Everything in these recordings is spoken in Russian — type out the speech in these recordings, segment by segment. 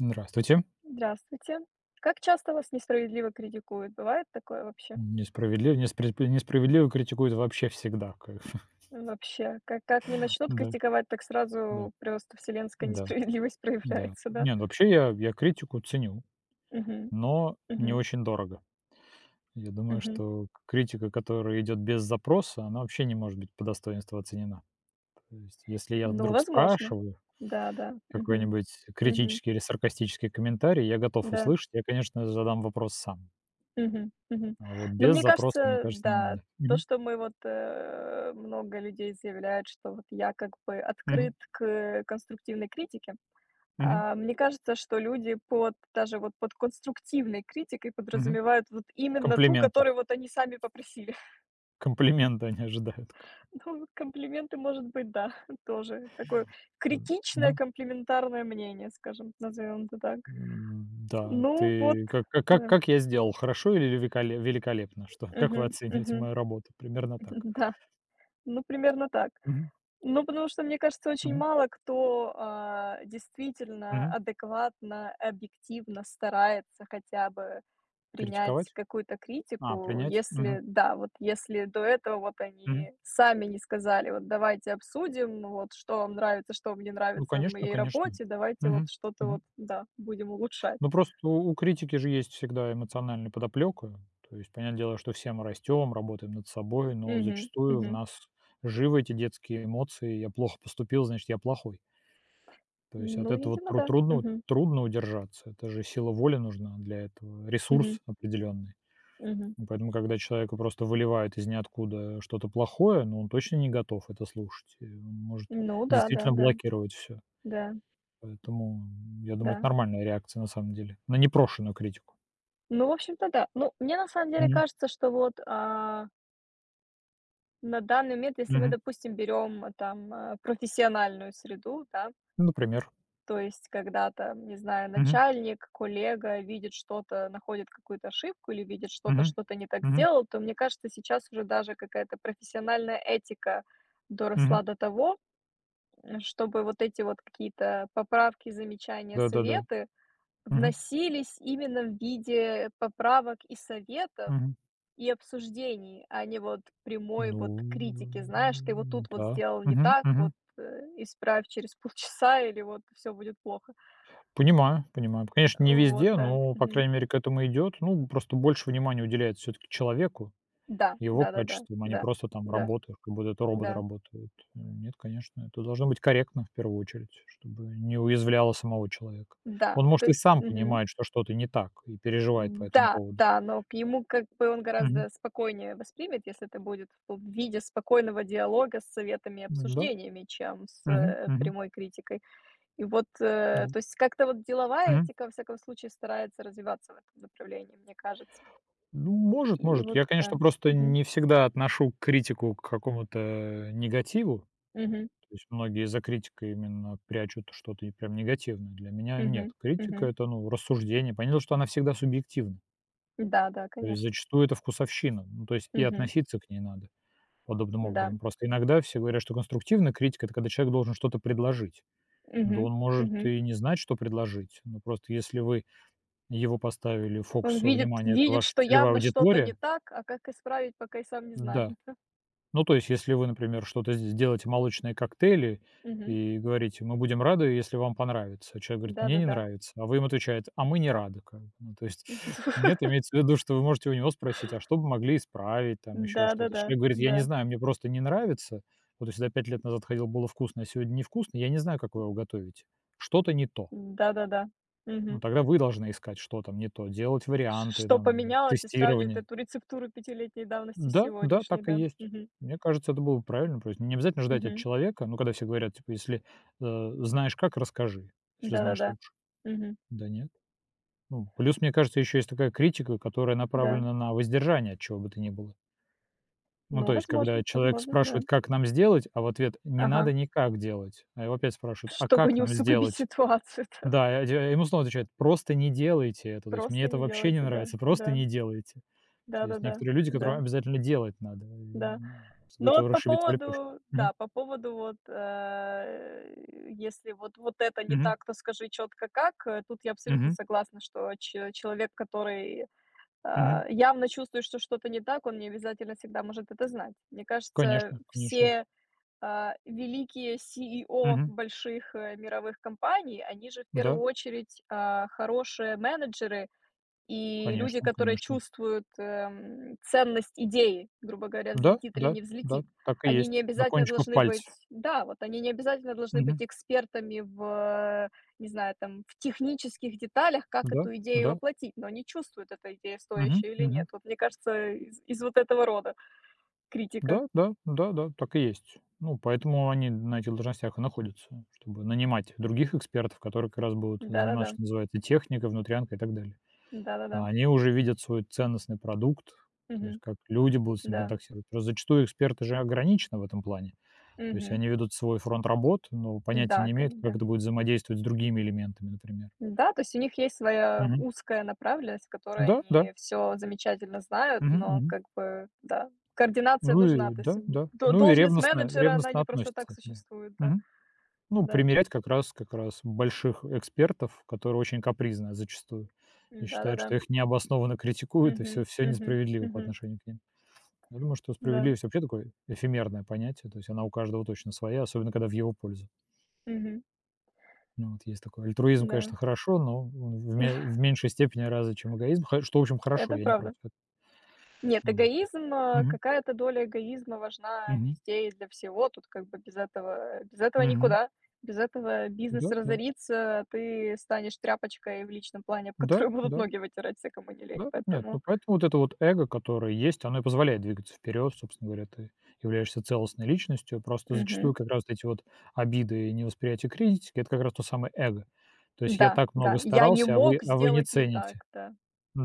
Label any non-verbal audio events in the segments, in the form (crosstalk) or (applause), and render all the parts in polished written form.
Здравствуйте. Здравствуйте. Как часто вас несправедливо критикуют? Бывает такое вообще? Несправедливо критикуют вообще всегда, как бы. Вообще, как не (laughs) начнут Да, критиковать, так да, сразу просто вселенская да, несправедливость (laughs) да. проявляется, да? Не, ну вообще я критику ценю, Мгм, но не мгм, очень дорого. Я думаю, мгм. что критика, которая идет без запроса, она вообще не может быть по достоинству оценена. То есть, если я Ну, вдруг возможно. спрашиваю Да, да. Мгм, какой-нибудь мгм, критический или саркастический комментарий, я готов да. услышать, я, конечно, задам вопрос сам. Мгм, мгм. А вот Но без мне запроса, мне кажется, кажется, не да, надо. то, Мгм, что мы вот много людей заявляют, что вот я как бы мгм, открыт к конструктивной критике. мгм, А, мне кажется, что люди под даже вот под конструктивной критикой мгм. подразумевают вот именно ту, Комплименты. которую вот они сами попросили. (laughs) Комплименты они ожидают. К Ну, вот комплименты, может быть, да, (laughs) тоже такое да. критичное Мгм. комплиментарное мнение, скажем, назовем это так. Да, Ну вот, ты как да. Я сделал, хорошо или великолепно? Что, (laughs) как вы Мгм, оцениваете мгм. мою работу? Примерно так. (laughs) Да. Ну, примерно так. Мгм, Ну, потому что, мне кажется, очень мгм, мало кто, действительно мгм. адекватно, объективно старается хотя бы принять Критиковать? какую-то А, критику, принять? если, Мгм, да, вот если до этого вот мгм. они сами не сказали: "Вот давайте обсудим, вот что вам нравится, что вам не Ну, нравится в конечно, моей конечно. работе, давайте вот Мгм, что-то мгм. вот, да, будем улучшать". Ну, просто у критики же есть всегда эмоциональная подоплека. То есть, понятное дело, что все мы растем, работаем над собой, но Мгм, зачастую в мгм. нас живы эти детские эмоции: "Я плохо поступил, значит, я плохой". То есть от Ну, этого видимо, да. трудно Мгм, удержаться. Это же сила воли нужна для этого, мгм, ресурс определенный. мгм. И поэтому, когда человека просто выливает из ниоткуда что-то плохое, ну, он точно не готов это слушать. И он может Ну да, да, действительно да, блокировать все. да, Поэтому, я думаю, это да. нормальная реакция на самом деле на непрошенную критику. Ну, в общем-то, да. Ну, мне на самом деле Мгм. кажется, что вот, на данный момент, если мы, Мгм. допустим, берем, профессиональную среду, да, Ну, например. то есть когда там, не знаю, Мгм. начальник, коллега видит что-то, находит какую-то ошибку или видит что-то, Мгм. что-то не так Мгм. сделал, то, мне кажется, сейчас уже даже какая-то профессиональная этика Мгм. доросла до того, чтобы вот эти вот какие-то поправки, замечания, Да-да-да. советы Мгм. вносились именно в виде поправок и советов, Мгм. и обсуждений, а не вот прямой вот Ну, критики. Знаешь, ты вот тут вот да. сделал не Мгм. так, Мгм. вот, исправь через полчаса или вот все будет плохо. Понимаю, понимаю. Конечно, не Вот, везде, да. но, по Мгм. крайней мере, к этому идет. Ну, просто больше внимания уделяется все-таки человеку, Да, его да-да-да, качествам, а не да, просто там да, да, работы, как будто это роботы да, работают. Нет, конечно, это должно быть корректно в первую очередь, чтобы не уязвляло самого человека. да, да. Он, То может, и есть сам мгм. понимает, что что-то не так и переживает по этому Да, поводу. да, но к ему как бы он Мгм. гораздо спокойнее воспримет, если это будет в виде спокойного диалога с советами и Да. обсуждениями, чем с, Мгм. Мгм. прямой критикой. И вот, Да. то есть как-то вот деловая Мгм. этика, во всяком случае, старается развиваться в этом направлении, мне кажется. Ну, может, И может. вот, Я, да. конечно, просто Мгм. не всегда отношу критику к какому-то негативу. Мгм. То есть многие за критикой именно прячут что-то и прям негативное. Для меня нет. Мгм. Критика — Мгм. это, ну, рассуждение. Понятно, что она всегда субъективна. Да, да, То есть конечно. зачастую это вкусовщина. Ну, то есть и Мгм. относиться к ней надо подобным Да. образом. Просто иногда все говорят, что конструктивная критика — это когда человек должен что-то предложить. Да Мгм. он может Мгм. и не знать, что предложить. Но просто если вы его поставили в Он фокус видит внимания, это видит, ваша что целевая явно что-то не аудитория. так, а как исправить, пока и сам не знает. Да. Ну, то есть, если вы, например, что-то здесь делаете, молочные коктейли, Мгм. и говорите: "Мы будем рады, если вам понравится". А человек говорит: "Мне не Да-да-да. нравится". А вы им отвечаете: "А мы не рады". Как бы. Ну, то есть (laughs) нет, имеется в виду, что вы можете у него спросить: "А что бы могли исправить?" Там еще что-то. Если Да-да-да. человек говорит: "Я не Да. знаю, мне просто не нравится. Вот я сюда 5 лет назад ходил, было вкусно, а сегодня невкусно. Я не знаю, как вы его готовите. Что-то не то". (laughs) Да-да-да. Ну, Мгм. тогда вы должны искать, что там не то, делать Ш варианты, что там, поменялось, и сравнивает тестирование. эту рецептуру пятилетней давности с Да, да, сегодняшней, так и да. есть. Мгм. Мне кажется, это было бы правильно. То есть не обязательно ждать от Мгм. человека, ну, когда все говорят, типа, если, знаешь как, расскажи, если знаешь Да-да-да. лучше. Мгм. Да нет. Ну, плюс, мне кажется, еще есть такая критика, которая Да. направлена на воздержание от чего бы то ни было. Ну, Ну, то есть, когда возможно, человек возможно, да. спрашивает, как нам сделать, а в ответ не Ага. надо никак делать. А его опять спрашивают, а Чтобы как не нам усугубить сделать? ситуацию, (laughs) да. Да, а ему снова отвечают, просто не делайте это. То есть, мне Просто это не вообще не делайте, да, нравится, просто да. не делайте. Что есть Да-да-да, да, некоторые люди, которым да, да, обязательно делать надо, и да. они Но готовы вот по расшибиться в лепешку. поводу, Мгм. да, по поводу вот, если вот вот это не Мгм. так, то скажи четко как. Тут я абсолютно Мгм. согласна, что че человек, который, Мгм. Явно чувствует, что что-то не так, он не обязательно всегда может это знать. Мне кажется, Конечно, конечно. все великие CEO Мгм. больших, мировых компаний, они же в первую Да, очередь, хорошие менеджеры и люди, конечно, которые конечно. чувствуют, ценность идеи, грубо говоря, Да, взлетит или да, не да, взлетит. так и Они не есть. На обязательно кончиков должны пальцев. быть да, вот они не обязательно должны Мгм. быть экспертами в, э, не знаю, там, в технических деталях, как Да, эту идею да. воплотить, но они чувствуют, эта идея Мгм. стоящая или Мгм. нет. Вот мне кажется, из вот этого рода критика. Да, да, да, да, так и есть. Ну, поэтому они на этих должностях и находятся, чтобы нанимать других экспертов, которые как раз будут заниматься, Да-да-да. что называется, техникой, внутрянкой и так далее. Да-да-да. А они уже видят свой ценностный продукт, то есть Мгм. как люди будут с ним Да. контактировать. Просто зачастую эксперты же ограничены в этом плане. То есть Мгм. они ведут свой фронт работ, но Да, понятия не имеют, коне да. как это будет взаимодействовать с другими элементами, например. Да, то есть у них есть своя Мгм. узкая направленность, в которой Да, да. они все замечательно знают, Мгм, но мгм. как бы, да, координация Ну нужна. и То есть да, м, да. до Ну и должность менеджера, она ревностно не просто так относится. Да. существует, да, Мгм. Ну, да. примерять как раз больших экспертов, которые очень капризны зачастую и считают, что Да-да-да. их необоснованно критикуют, и Мгм, все, все мгм, несправедливо по мгм, отношению к ним. Я думаю, что да, справедливость вообще такое эфемерное понятие, то есть она у каждого точно своя, особенно когда в его пользу. мгм, Ну, вот есть такое. Альтруизм, да. конечно, хорошо, но он в, в (laughs) меньшей степени раза, чем эгоизм, что, в общем, хорошо, Это я не правда. против. Нет, Вот. эгоизм, Мгм. какая-то доля эгоизма важна Мгм. везде и для всего. Тут как бы без этого Мгм. никуда. Без этого бизнес Да, да, разорится, ты станешь тряпочкой в личном плане, (laughs) об да, которую будут да, ноги вытирать все, кому не лень. да. Нет, ну Поэтому поэтому вот это вот эго, которое есть, оно и позволяет двигаться вперед, собственно говоря, ты являешься целостной личностью, просто зачастую мгм. как раз вот эти вот обиды и невосприятие критики, это как раз то самое эго. То есть я Да, так много да. Я не старался, а вы, мог а вы не сделать не так, цените. да.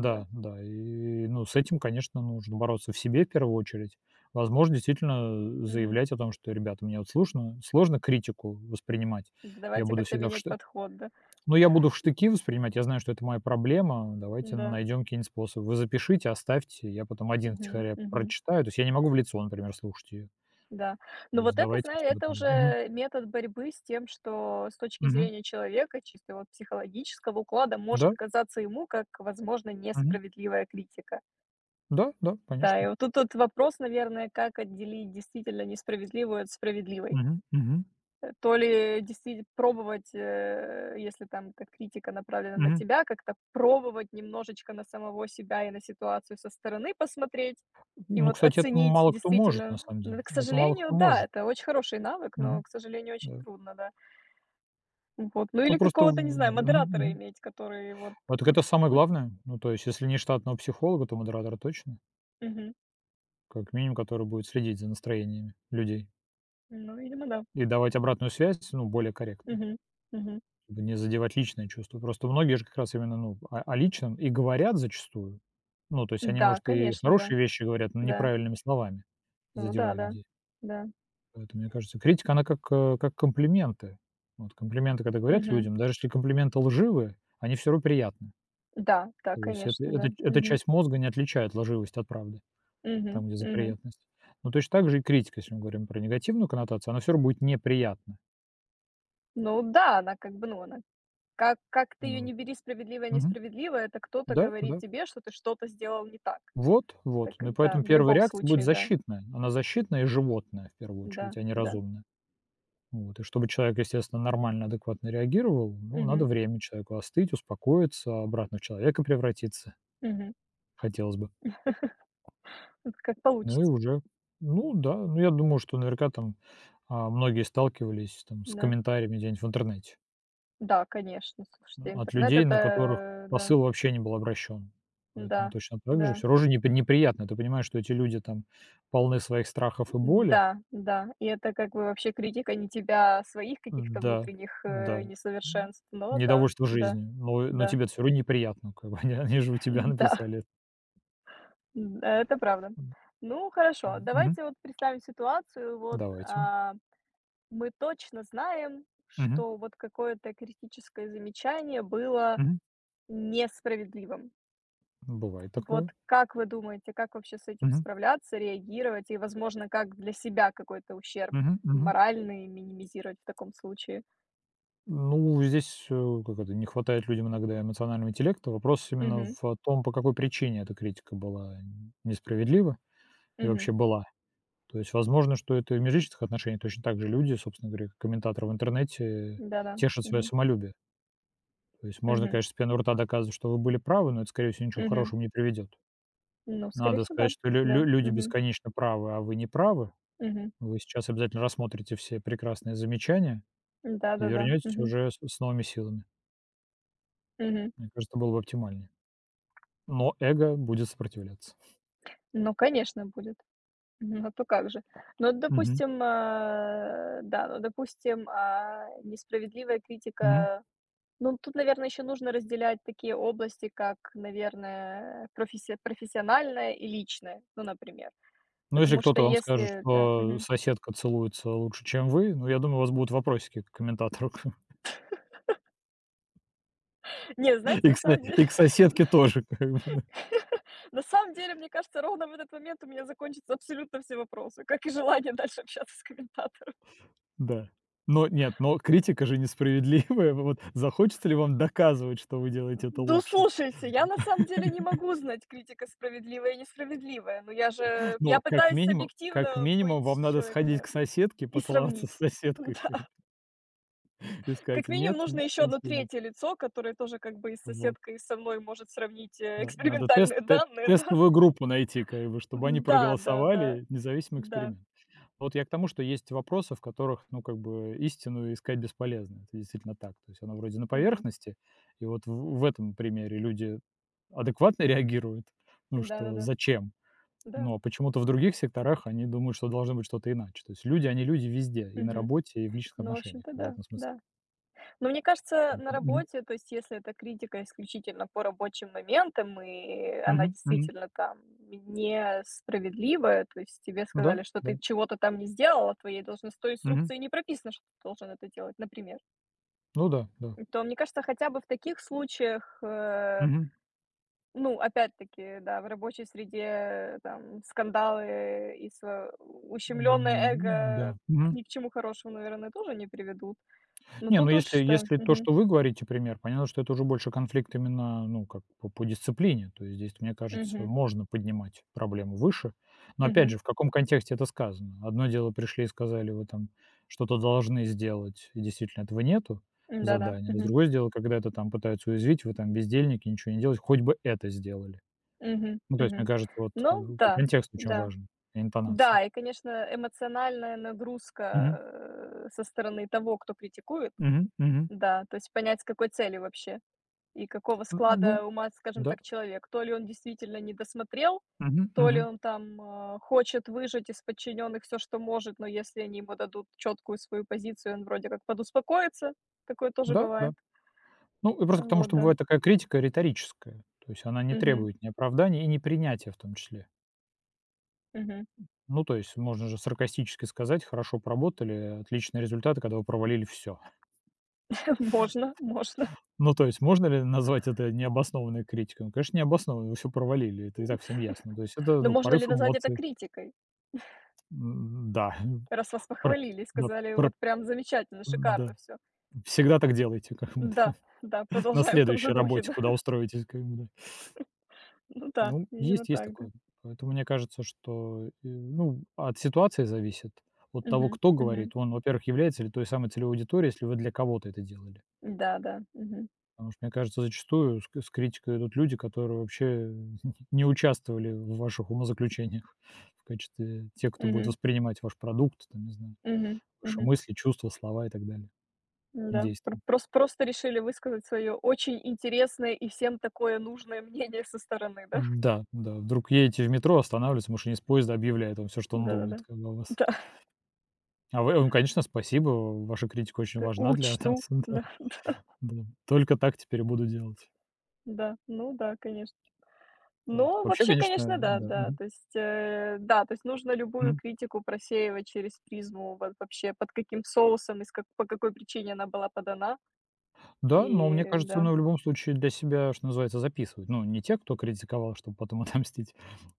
Да. да. И, ну, с этим, конечно, нужно бороться в себе в первую очередь. Возможно, действительно Мгм. заявлять о том, что, ребята, мне вот сложно, сложно критику воспринимать. Я Давайте буду как-то всегда в менять шты... подход, да. Ну, я буду в штыки воспринимать, я знаю, что это моя проблема, давайте Да. найдем какие-нибудь способы. Вы запишите, оставьте, я потом один Мгм, втихаря мгм. прочитаю. То есть я не могу в лицо, например, слушать ее. Да. То Но есть вот это, давайте, знаешь, чтобы это это было. Мгм. уже метод борьбы с тем, что с точки Мгм. зрения человека, чисто вот психологического уклада, Да, может казаться ему как, возможно, мгм. несправедливая критика. Да, да, Да, конечно. и вот тут вот вопрос, наверное, как отделить действительно несправедливую от справедливой. Мгм. Мгм. То ли действительно пробовать, если там как критика направлена на Мгм. тебя, как-то пробовать немножечко на самого себя и на ситуацию со стороны посмотреть и Ну, вот кстати, это оценить мало кто может, на действительно. самом Ну, деле. к Это мало сожалению, кто да, может. это очень хороший навык, но, к сожалению, очень Да. трудно, да. Вот, ну Ну, или просто в да, какого-то, не знаю, мгм, модератора мгм. иметь, который вот А так это (laughs) самое главное. Ну, то есть, если не штатного психолога, то модератора точно, Мгм. как минимум, который будет следить за настроениями людей Ну, видимо, да. и давать обратную связь, ну, более корректно, Мгм. Мгм. чтобы не задевать личные чувства. Просто многие же как раз именно, ну, о личном и говорят зачастую. Ну, то есть они, Да, может, и конечно, да. хорошие вещи говорят, но Да. неправильными словами, Ну да, задевая да. людей. Да. Поэтому, мне кажется, критика, она как, как комплименты. Вот комплименты, когда говорят Мгм. людям, даже если комплименты лживые, они все равно приятны. Да, да, То есть это конечно, эта да. эта Мгм. часть мозга не отличает лживость от правды, Мгм. там, где за Мгм. приятность. Но точно так же и критика, если мы говорим про негативную коннотацию, она все равно будет неприятна. Ну да, она как бы, ну, она как ты ее Ну вот. не бери, справедливая, Мгм. несправедливая, это кто-то Да, говорит да. тебе, что ты что-то сделал не так. Вот, вот. Так Ну как и да, поэтому в первая любом реакция будет случае, да, защитная. Она защитная и животная в первую очередь, да, а не да. разумная. Вот. И чтобы человек, естественно, нормально, адекватно реагировал, ну, надо Мгм, время человеку остыть, успокоиться, обратно в человека превратиться, мгм. хотелось бы. Вот как Ну и получится. уже ну да, ну я думаю, что наверняка там, многие сталкивались там с Да. комментариями где-нибудь в интернете, Да, конечно, слушайте, от интернет- людей, на которых это да, посыл вообще не был обращен. да, Поэтому точно так же да, всё равно же неприятно. Ты понимаешь, что эти люди там полны своих страхов и боли. да, да. И это как бы вообще критика не тебя, а своих каких-то Да, внутренних, да, м, несовершенств, но да, недовольство да, жизнью, но да, тебе все равно неприятно, как бы (laughs) они же у тебя (laughs) да. написали это. Это правда. М, Ну, хорошо, мгм. давайте вот представим ситуацию. Вот, Давайте. Мы точно знаем, Мгм, что вот какое-то критическое замечание было мгм. несправедливым. Бывает Вот такое. как вы думаете, как вообще с этим Мгм, справляться, реагировать и, возможно, как для себя какой-то ущерб мгм, мгм. моральный минимизировать в таком случае? Ну, здесь, как это, не хватает людям иногда эмоционального интеллекта. Вопрос именно Угу, в том, по какой причине эта критика была несправедлива и угу, вообще была. То есть, возможно, что это и в межличных отношениях точно так же люди, собственно говоря, как комментаторы в интернете да-да, тешат свое угу, самолюбие. То есть можно, угу, конечно, с пены рта доказывать, что вы были правы, но это, скорее всего, ничего угу. хорошего не приведет. Ну, скорее Надо всего, да. сказать, что Да, люди угу, бесконечно правы, а вы не правы. угу, Вы сейчас обязательно рассмотрите все прекрасные замечания и да-да-да, вернетесь угу, уже с новыми силами. угу. Мне кажется, это было бы оптимальнее. Но эго будет сопротивляться. Ну, конечно, будет. Ну, то как же? Ну, вот, Мгм. допустим, да, ну, допустим, несправедливая Мгм. критика. Ну, тут, наверное, еще нужно разделять такие области, как, наверное, профессиональное и личное, ну, например. Ну, если Потому что кто-то вам скажет, если, да, что мгм. соседка целуется лучше, чем вы, ну, я думаю, у вас будут вопросики к комментатору. (laughs) Не, знаете, И на к со самом деле, и к соседке тоже, (laughs) как бы, да. (laughs) на самом деле, мне кажется, ровно в этот момент у меня закончатся абсолютно все вопросы, как и желание дальше общаться с комментатором. Да. Но нет, но критика же несправедливая. (laughs) Вот захочется ли вам доказывать, что вы делаете это Ну, лучше? слушайте, я на самом деле не могу знать, критика справедливая и несправедливая, но я же Ну, я пытаюсь как объективно быть минимум вам надо человеком, сходить к да, соседке, и поцеловаться с сравнить. (laughs) соседкой (laughs) Да, как бы и сказать: как "Нет, минимум все нужно всё еще одно несправедливо". третье лицо, которое тоже как бы и с Вот. соседкой, и со мной может сравнить, (laughs) Да, надо экспериментальные данные, да. тестовую группу найти, как бы, чтобы они Да, да, да, проголосовали, независимый да, эксперимент. Вот я к тому, что есть вопросы, в которых, ну, как бы истину искать бесполезно. Это действительно так. То есть она вроде на мгм, поверхности, и вот в этом примере люди адекватно реагируют, ну, да-да-да, что да, зачем. да, да, Но почему-то в других секторах они думают, что должно быть что-то иначе. То есть люди, они люди везде, и на мгм. работе, и в личных Ну, в отношениях. общем-то, В да, этом смысле. да. Но мне кажется, на Мгм. работе, то есть если эта критика исключительно по рабочим моментам, и она Мгм. Мгм. действительно там несправедливая, то есть тебе Да, сказали, что ты да. чего-то там не сделал, а в твоей должностной Мгм. инструкции не прописано, что ты должен это делать, например, Ну да, да. то мне кажется, хотя бы в таких случаях, Мгм. ну, опять-таки, да, в рабочей среде там скандалы и ущемленное Ну эго да. к Мгм. ни к чему хорошему, наверное, тоже не приведут. Но Не, ну тут уж, да. если то, Мгм. что вы говорите пример, понятно, что это уже больше конфликт именно, ну, как по дисциплине. То есть здесь, мне кажется, Мгм. можно поднимать проблему выше. Но опять Мгм. же, в каком контексте это сказано? Одно дело, пришли и сказали: "Вы там что-то должны сделать", и действительно этого нету в Да, да задании. А с мгм, другое дело, когда это там пытаются уязвить: "Вы там бездельники, ничего не делаете, хоть бы это сделали". мгм, Ну, то есть, мне мгм. кажется, вот, Ну да, контекст очень да. важен и интонация. Да, и, конечно, эмоциональная нагрузка, Мгм. Со стороны того, кто критикует. Мгм. Мгм. Да, то есть понять, с какой целью вообще и какого Н ну склада ума, скажем да. так, человек. То ли он действительно не досмотрел, Мгм, то ли мгм. он там, хочет выжать из подчиненных все, что может, но если они ему дадут четкую свою позицию, он вроде как подуспокоится. Такое тоже Да, да. бывает. Ну, и А, просто к тому, вот что да. бывает такая критика риторическая. То есть она не Мгм, требует ни оправданий и ни принятия в том числе. мгм. Ну, то есть можно же саркастически сказать: "Хорошо поработали, отличные результаты, когда вы провалили все". (laughs) (laughs) Можно, можно. Ну, то есть можно ли назвать это необоснованной критикой? Ну, конечно, необоснованной. Вы все провалили, это и так всем ясно. То есть это, Но ну, можно ли порыв назвать это эмоций. критикой, Да, раз вас (laughs) пр похвалили да, сказали: пр "Вот прям замечательно, да. шикарно все". Всегда так делайте, как бы, Да, да, (laughs) на продолжаем в том следующей же духе, работе, да. куда (laughs) устроитесь, как бы, да. Ну да, Ну, видимо, есть так, да. такое. Поэтому мне кажется, что, ну, от ситуации зависит, от того, Мгм, кто говорит. мгм. Он, во-первых, является ли той самой целевой аудиторией, если вы для кого-то это делали. Да, да. Мгм, Потому что, мне кажется, зачастую с критикой идут люди, которые вообще (laughs) не участвовали в ваших умозаключениях в качестве тех, кто будет мгм, воспринимать ваш продукт, там, не знаю, мгм, ваши мгм. мысли, чувства, слова и так далее, и Да, пр действия. просто решили высказать свое очень интересное и всем такое нужное (laughs) мнение со стороны, да? Да, да, вдруг едете в метро, останавливается, машинист поезда объявляет вам все, что он Да-да-да. думает, как бы о вас. Да, да, да, (laughs) А вы ну, конечно, спасибо. Ваша критика очень да, важна для нас. учту. (laughs) Да, Да, (laughs) да, да. Только так теперь и буду делать. да. Ну да, конечно. Вот. Ну, Вообще, вообще, конечно, конечно, да, да. да. Мгм. То есть, да, то есть нужно любую Мгм. критику просеивать через призму вот вообще, под каким соусом и с как по какой причине она была подана. Да, но мне И кажется, да, ну, в любом случае для себя, что называется, записывать. Ну, не те, кто критиковал, чтобы потом (laughs) отомстить,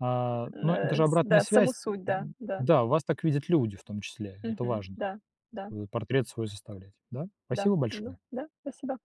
но это же с обратная да, саму связь. суть, да, да. Да, вас так видят люди в том числе. Это Мгм. важно. Да, да, Портрет свой составлять. Да? да. Спасибо Ну большое. да, спасибо.